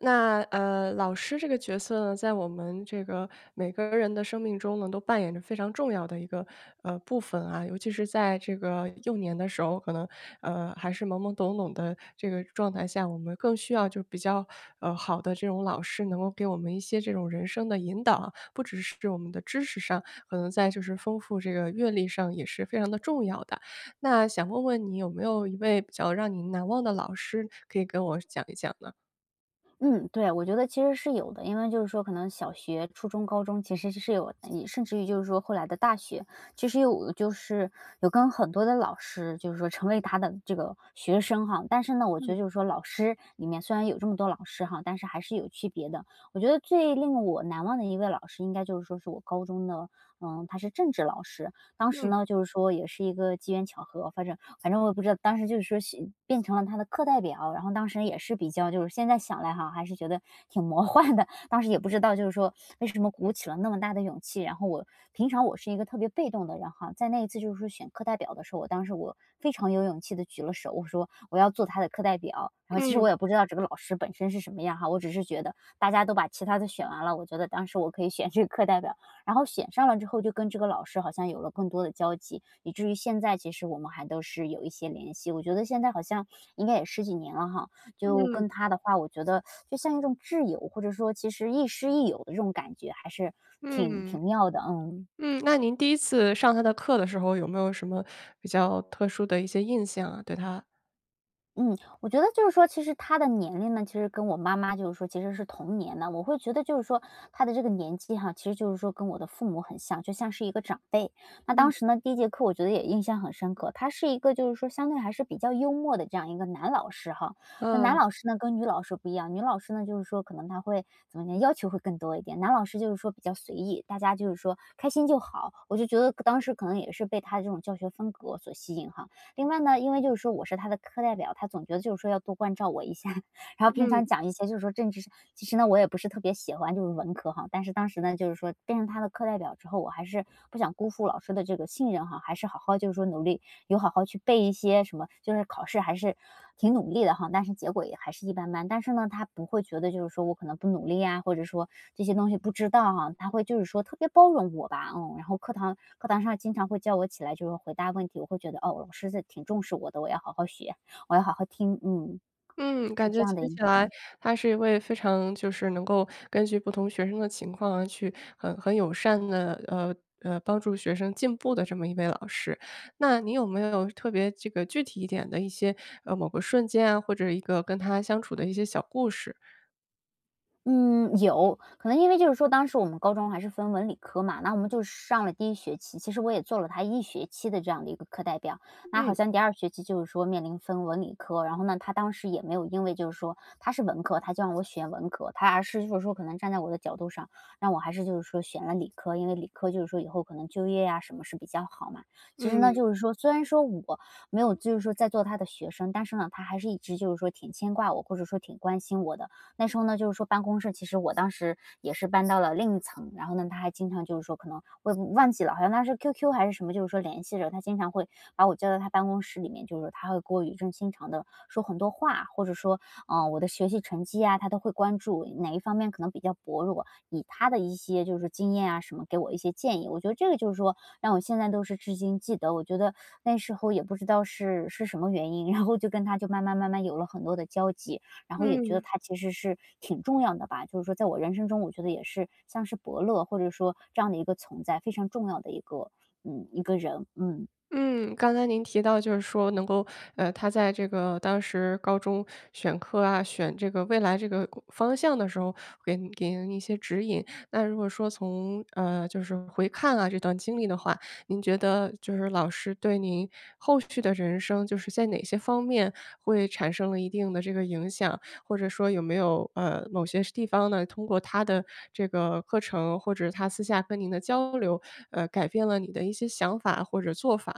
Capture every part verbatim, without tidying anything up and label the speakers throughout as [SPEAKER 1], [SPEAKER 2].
[SPEAKER 1] 那呃，老师这个角色呢，在我们这个每个人的生命中呢，都扮演着非常重要的一个呃部分啊。尤其是在这个幼年的时候，可能呃还是懵懵懂懂的这个状态下，我们更需要就比较呃好的这种老师，能够给我们一些这种人生的引导啊，不只是我们的知识上，可能在就是丰富这个阅历上也是非常的重要的。那想问问你有没有一位比较让你难忘的老师，可以跟我讲一讲呢？
[SPEAKER 2] 嗯，对，我觉得其实是有的，因为就是说可能小学、初中、高中其实是有，你甚至于就是说后来的大学，其实有就是有跟很多的老师，就是说成为他的这个学生哈。但是呢，我觉
[SPEAKER 1] 嗯。
[SPEAKER 2] 得就是说老师里面虽然有这么多老师哈，但是还是有区别的。我觉得最令我难忘的一位老师，应该就是说是我高中的，嗯，他是政治老师。当时
[SPEAKER 1] 嗯。
[SPEAKER 2] 呢，就是说也是一个机缘巧合，反正反正我也不知道，当时就是说是变成了他的课代表，然后当时也是比较就是现在想来哈，还是觉得挺魔幻的。当时也不知道就是说为什么鼓起了那么大的勇气，然后我平常我是一个特别被动的人哈，在那一次就是说选课代表的时候，我当时我非常有勇气的举了手，我说我要做他的课代表。然后其实
[SPEAKER 1] 嗯。
[SPEAKER 2] 我也不知道这个老师本身是什么样哈，我只是觉得大家都把其他的选完了，我觉得当时我可以选这个课代表，然后选上了之后，就跟这个老师好像有了更多的交集，以至于现在其实我们还都是有一些联系。我觉得现在好像应该也十几年了哈，就跟他的话，我觉得就像一种挚友，或者说其实亦师亦友的这种感觉，还是挺
[SPEAKER 1] 嗯。
[SPEAKER 2] 挺妙的，嗯。
[SPEAKER 1] 嗯。那您第一次上他的课的时候，有没有什么比较特殊的一些印象啊，对他？
[SPEAKER 2] 嗯，我觉得就是说，其实他的年龄呢，其实跟我妈妈就是说其实是同年的。我会觉得就是说他的这个年纪哈，其实就是说跟我的父母很像，就像是一个长辈。那
[SPEAKER 1] 嗯。
[SPEAKER 2] 当时呢，第一节课我觉得也印象很深刻，他是一个就是说相对还是比较幽默的这样一个男老师哈。那男
[SPEAKER 1] 嗯。
[SPEAKER 2] 老师呢跟女老师不一样，女老师呢就是说可能他会怎么讲，要求会更多一点，男老师就是说比较随意，大家就是说开心就好。我就觉得当时可能也是被他的这种教学风格所吸引哈。另外呢，因为就是说我是他的课代表，他总觉得就是说要多关照我一下，然后平
[SPEAKER 1] 嗯。
[SPEAKER 2] 常讲一些就是说政治上其实呢，我也不是特别喜欢就是文科哈，但是当时呢，就是说变成他的课代表之后，我还是不想辜负老师的这个信任哈，还是好好就是说努力有好好去背一些什么，就是考试还是挺努力的哈，但是结果也还是一般般。但是呢，他不会觉得就是说我可能不努力啊，或者说这些东西不知道哈，他会就是说特别包容我吧，嗯。然后课堂课堂上经常会叫我起来就是回答问题，我会觉得哦，老师这挺重视我的，我要好好学，我要好好听，嗯，
[SPEAKER 1] 嗯。感
[SPEAKER 2] 是这
[SPEAKER 1] 觉
[SPEAKER 2] 样的
[SPEAKER 1] 听起
[SPEAKER 2] 影
[SPEAKER 1] 来
[SPEAKER 2] 响。
[SPEAKER 1] 他是一位非常就是能够根据不同学生的情况啊，去很很友善的呃，呃，帮助学生进步的这么一位老师。那你有没有特别这个具体一点的一些，呃，某个瞬间啊，或者一个跟他相处的一些小故事？
[SPEAKER 2] 嗯，有可能因为就是说，当时我们高中还是分文理科嘛，那我们就上了第一学期，其实我也做了他一学期的这样的一个课代表。那好
[SPEAKER 1] 嗯。
[SPEAKER 2] 像第二学期就是说面临分文理科，然后呢，他当时也没有因为就是说他是文科，他就让我选文科，他而是就是说可能站在我的角度上，让我还是就是说选了理科，因为理科就是说以后可能就业呀、什么是比较好嘛。其实呢，
[SPEAKER 1] 嗯。
[SPEAKER 2] 就是说虽然说我没有就是说在做他的学生，但是呢，他还是一直就是说挺牵挂我，或者说挺关心我的。那时候呢，就是说办公室，其实我当时也是搬到了另一层，然后呢，他还经常就是说可能我也忘记了，好像他是 Q Q 还是什么，就是说联系着他，经常会把我叫到他办公室里面，就是说他会给我语重心长的说很多话，或者说，嗯、我的学习成绩啊，他都会关注哪一方面可能比较薄弱，以他的一些就是经验啊什么给我一些建议。我觉得这个就是说让我现在都是至今记得。我觉得那时候也不知道是是什么原因，然后就跟他就慢慢慢慢有了很多的交集。然后也觉得
[SPEAKER 1] 嗯。
[SPEAKER 2] 他其实是挺重要的吧，就是说在我人生中，我觉得也是像是伯乐或者说这样的一个存在，非常重要的一个嗯一个人，嗯。
[SPEAKER 1] 嗯，刚才您提到就是说能够，呃，他在这个当时高中选课啊，选这个未来这个工方向的时候，给您给您一些指引。那如果说从，呃，就是回看啊这段经历的话，您觉得就是老师对您后续的人生，就是在哪些方面会产生了一定的这个影响？或者说有没有呃某些地方呢，通过他的这个课程或者他私下跟您的交流，呃，改变了你的一些想法或者做法呢？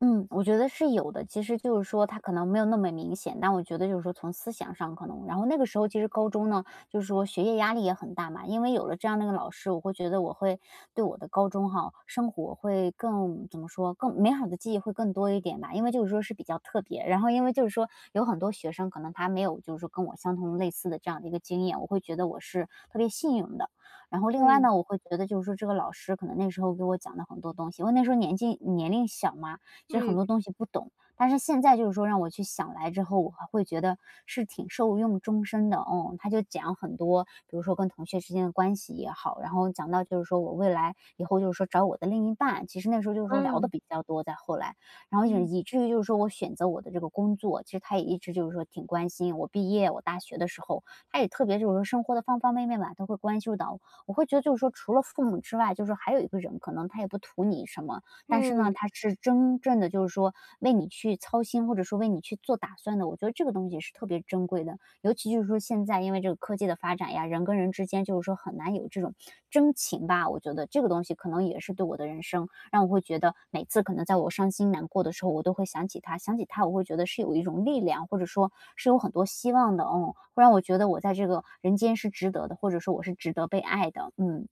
[SPEAKER 2] 嗯，我觉得是有的。其实就是说他可能没有那么明显，但我觉得就是说从思想上可能然后那个时候其实高中呢，就是说学业压力也很大嘛，因为有了这样的一个老师，我会觉得我会对我的高中哈，生活会更怎么说，更美好的记忆会更多一点吧。因为就是说是比较特别，然后因为就是说有很多学生可能他没有就是说跟我相同类似的这样的一个经验，我会觉得我是特别幸运的。然后另外
[SPEAKER 1] 嗯。
[SPEAKER 2] 呢，我会觉得就是说这个老师可能那时候给我讲的很多东西，因为那时候年纪年龄小嘛，其实很
[SPEAKER 1] 嗯。
[SPEAKER 2] 多东西不懂。但是现在就是说让我去想来之后，我还会觉得是挺受用终身的。哦，他就讲很多，比如说跟同学之间的关系也好，然后讲到就是说我未来以后就是说找我的另一半，其实那时候就是
[SPEAKER 1] 啊。
[SPEAKER 2] 说聊的比较多，在后来，然后
[SPEAKER 1] 嗯。
[SPEAKER 2] 以以至于就是说我选择我的这个工作，其实他也一直就是说挺关心我毕业，我大学的时候，他也特别就是说生活的方方面面吧，都会关注到我。我会觉得就是说，除了父母之外，就是说还有一个人，可能他也不图你什么，但是
[SPEAKER 1] 嗯。
[SPEAKER 2] 呢，它是真正的就是说为你去操心，或者说为你去做打算的，我觉得这个东西是特别珍贵的。尤其就是说现在因为这个科技的发展呀，人跟人之间就是说很难有这种真情吧，我觉得这个东西可能也是对我的人生，让我会觉得每次可能在我伤心难过的时候，我都会想起他，想起他我会觉得是有一种力量，或者说是有很多希望的，嗯，会让我觉得我在这个人间是值得的，或者说我是值得被爱的，嗯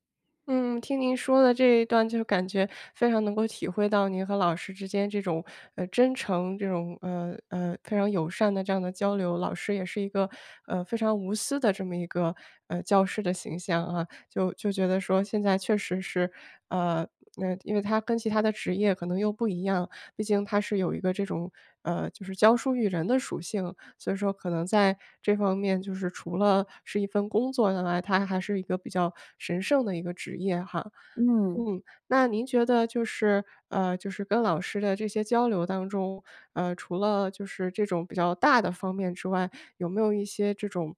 [SPEAKER 1] 嗯，听您说的这一段就感觉非常能够体会到您和老师之间这种，呃，真诚，这种，呃，呃，非常友善的这样的交流。老师也是一个，呃，非常无私的这么一个，呃，教师的形象啊。就就觉得说现在确实是，呃，那因为他跟其他的职业可能又不一样，毕竟他是有一个这种，呃，就是教书育人的属性。所以说可能在这方面，就是除了是一份工作以外，它还是一个比较神圣的一个职业哈。
[SPEAKER 2] 嗯
[SPEAKER 1] 嗯。那您觉得就是呃，就是跟老师的这些交流当中，呃，除了就是这种比较大的方面之外，有没有一些这种，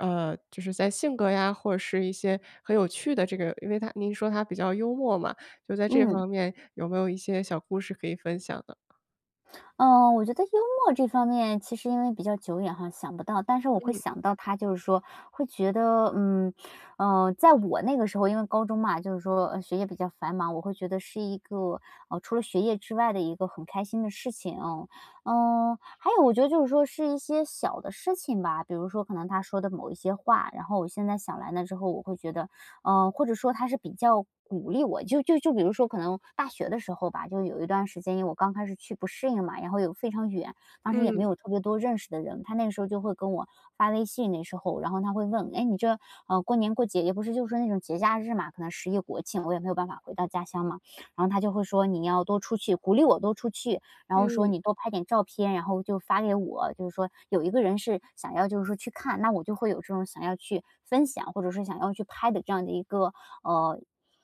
[SPEAKER 1] 呃，就是在性格呀，或者是一些很有趣的这个，因为他您说他比较幽默嘛，就在这
[SPEAKER 2] 嗯。
[SPEAKER 1] 方面有没有一些小故事可以分享的？
[SPEAKER 2] 嗯，我觉得幽默这方面其实因为比较久远哈，想不到，但是我会
[SPEAKER 1] 嗯。
[SPEAKER 2] 想到他，就是说会觉得，嗯，嗯，在我那个时候，因为高中嘛，就是说呃学业比较繁忙，我会觉得是一个呃除了学业之外的一个很开心的事情。嗯，嗯还有我觉得就是说是一些小的事情吧，比如说可能他说的某一些话，然后我现在想来那之后，我会觉得嗯，呃或者说他是比较鼓励我，就就就比如说可能大学的时候吧，就有一段时间，因为我刚开始去不适应嘛，然后又非常远，当时也没
[SPEAKER 1] 嗯。
[SPEAKER 2] 有特别多认识的人，他那个时候就会跟我发微信，那时候，然后他会问，哎，你这呃过年过节也不是就是那种节假日嘛，可能十一国庆我也没有办法回到家乡嘛，然后他就会说你要多出去，鼓励我多出去，然后说
[SPEAKER 1] 嗯。
[SPEAKER 2] 你多拍点照片，然后就发给我。就是说有一个人是想要就是说去看，那我就会有这种想要去分享，或者是想要去拍的这样的一个呃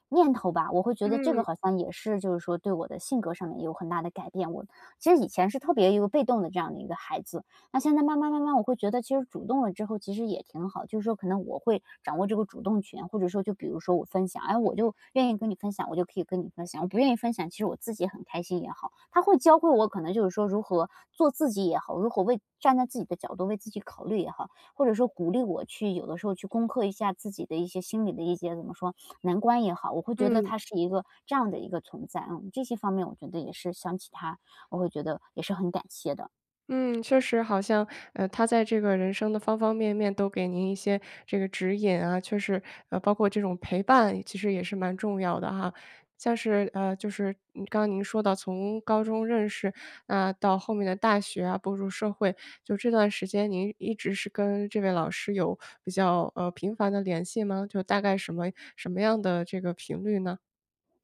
[SPEAKER 2] 念头吧。我会觉得这
[SPEAKER 1] 嗯。
[SPEAKER 2] 个
[SPEAKER 1] 嗯。
[SPEAKER 2] 好像也是就是说对我的性格上面有很大的改变。我其实以前是特别一个被动的这样的一个孩子，那现在慢慢慢慢，我会觉得其实主动了之后，其实也挺好。就是说，可能我会掌握这个主动权，或者说，就比如说我分享，哎，我就愿意跟你分享，我就可以跟你分享；我不愿意分享，其实我自己很开心也好。他会教会我，可能就是说如何做自己也好，如何为站在自己的角度为自己考虑也好，或者说鼓励我去有的时候去攻克一下自己的一些心理的一些怎么说难关也好，我会觉得
[SPEAKER 1] 嗯。
[SPEAKER 2] 他是一个这样的一个存在。嗯，这些方面我觉得也是想起他，我会觉得也是很感谢的。
[SPEAKER 1] 嗯，确实好像，呃，他在这个人生的方方面面都给您一些这个指引啊，确实，呃，包括这种陪伴，其实也是蛮重要的哈。像是，呃，就是嗯刚刚您说到从高中认识，那、到后面的大学啊，步入社会，就这段时间您一直是跟这位老师有比较呃频繁的联系吗？就大概什么什么样的这个频率呢？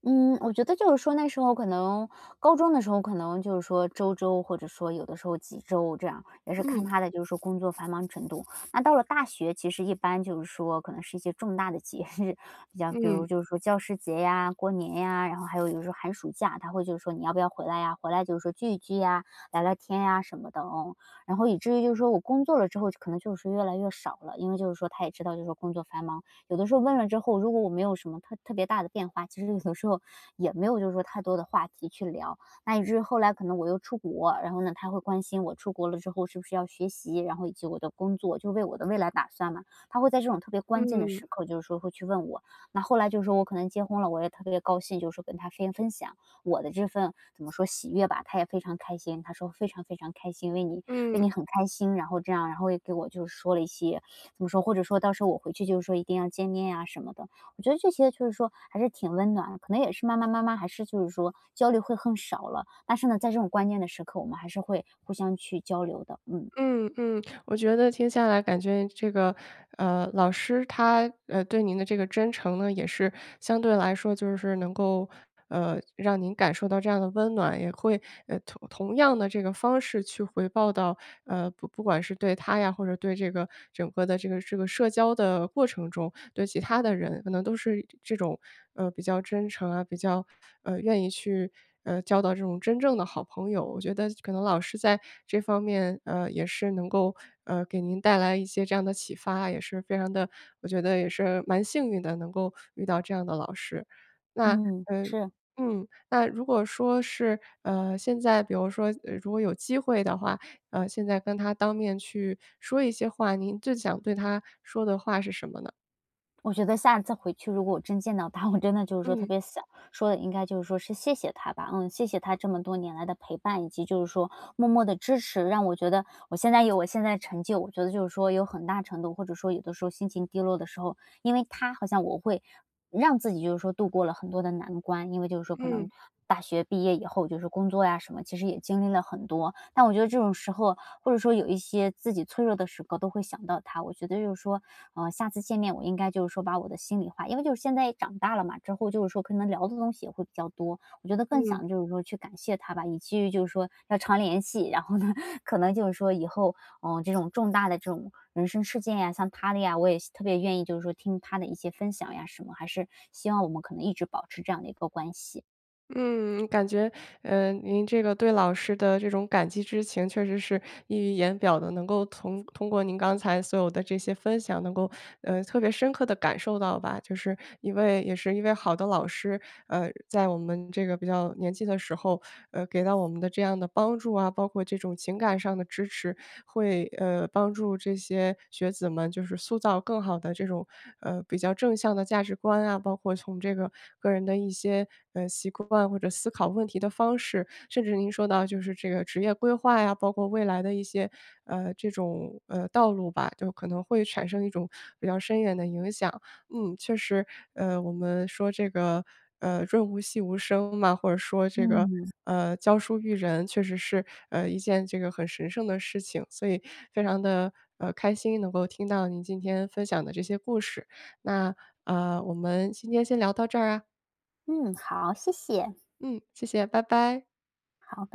[SPEAKER 2] 嗯，我觉得就是说那时候可能高中的时候，可能就是说周周或者说有的时候几周这样，也是看
[SPEAKER 1] 嗯。
[SPEAKER 2] 他的就是说工作繁忙程度。那到了大学，其实一般就是说可能是一些重大的节日，比较比
[SPEAKER 1] 嗯。
[SPEAKER 2] 如就是说教师节呀、过年呀，然后还有有时候寒暑假，他会就是说你要不要回来呀？回来就是说聚一聚呀，聊聊天呀什么的哦。然后以至于就是说我工作了之后，可能就是越来越少了，因为就是说他也知道就是说工作繁忙。有的时候问了之后，如果我没有什么特特别大的变化，其实有的时候也没有就是说太多的话题去聊。那以至于后来可能我又出国，然后呢，他会关心我出国了之后是不是要学习，然后以及我的工作，就为我的未来打算嘛。他会在这种特别关键的
[SPEAKER 1] 嗯。
[SPEAKER 2] 时刻，就是说会去问我。那后来就是说我可能结婚了，我也特别高兴，就是说跟他分分享我的这份怎么说喜悦吧，他也非常开心。他说非常非常开心，为你为
[SPEAKER 1] 嗯。
[SPEAKER 2] 你很开心，然后这样，然后也给我就是说了一些怎么说，或者说到时候我回去就是说一定要见面呀什么的。我觉得这些就是说还是挺温暖的，可能也是慢慢慢慢还是就是说交流会更少了，但是呢，在这种关键的时刻，我们还是会互相去交流的。嗯
[SPEAKER 1] 嗯。嗯，我觉得听下来感觉这个，呃，老师他，呃，对您的这个真诚呢，也是相对来说就是能够，呃，让您感受到这样的温暖，也会，呃，同同样的这个方式去回报到，呃，不不管是对他呀，或者对这个整个的这个这个社交的过程中，对其他的人，可能都是这种，呃，比较真诚啊，比较，呃，愿意去呃，交到这种真正的好朋友。我觉得可能老师在这方面，呃，也是能够，呃，给您带来一些这样的启发，也是非常的，我觉得也是蛮幸运的，能够遇到这样的老师。那，
[SPEAKER 2] 嗯，
[SPEAKER 1] 呃
[SPEAKER 2] 是，
[SPEAKER 1] 嗯，那如果说是，呃，现在比如说，呃，如果有机会的话，呃，现在跟他当面去说一些话，您最想对他说的话是什么呢？
[SPEAKER 2] 我觉得下次回去如果我真见到他，我真的就是说特
[SPEAKER 1] 嗯。
[SPEAKER 2] 别想说的，应该就是说是谢谢他吧，嗯，谢谢他这么多年来的陪伴，以及就是说默默的支持，让我觉得我现在有我现在的成就，我觉得就是说有很大程度，或者说有的时候心情低落的时候，因为他好像我会让自己就是说度过了很多的难关，因为就是说可能
[SPEAKER 1] 嗯。
[SPEAKER 2] 大学毕业以后，就是工作呀什么，其实也经历了很多。但我觉得这种时候，或者说有一些自己脆弱的时刻，都会想到他。我觉得就是说，呃，下次见面我应该就是说把我的心里话，因为就是现在也长大了嘛，之后就是说可能聊的东西也会比较多，我觉得更
[SPEAKER 1] 嗯。
[SPEAKER 2] 想就是说去感谢他吧，以至于就是说要常联系，然后呢，可能就是说以后，嗯，这种重大的这种人生事件呀，像他的呀，我也特别愿意就是说听他的一些分享呀什么，还是希望我们可能一直保持这样的一个关系。
[SPEAKER 1] 嗯，感觉，呃，您这个对老师的这种感激之情确实是溢于言表的，能够从通过您刚才所有的这些分享，能够，呃，特别深刻的感受到吧，就是一位也是一位好的老师，呃，在我们这个比较年纪的时候，呃，给到我们的这样的帮助啊，包括这种情感上的支持，会呃帮助这些学子们就是塑造更好的这种呃比较正向的价值观啊，包括从这个个人的一些呃习惯或者思考问题的方式，甚至您说到就是这个职业规划呀，包括未来的一些呃这种呃道路吧，就可能会产生一种比较深远的影响。嗯，确实，呃，我们说这个，呃，润物细无声嘛，或者说这个，
[SPEAKER 2] 嗯。
[SPEAKER 1] 呃，教书育人，确实是，呃，一件这个很神圣的事情，所以非常的，呃，开心能够听到您今天分享的这些故事。那，呃，我们今天先聊到这儿啊。
[SPEAKER 2] 嗯，好，谢谢，
[SPEAKER 1] 嗯，谢谢，拜拜。
[SPEAKER 2] 好，拜拜。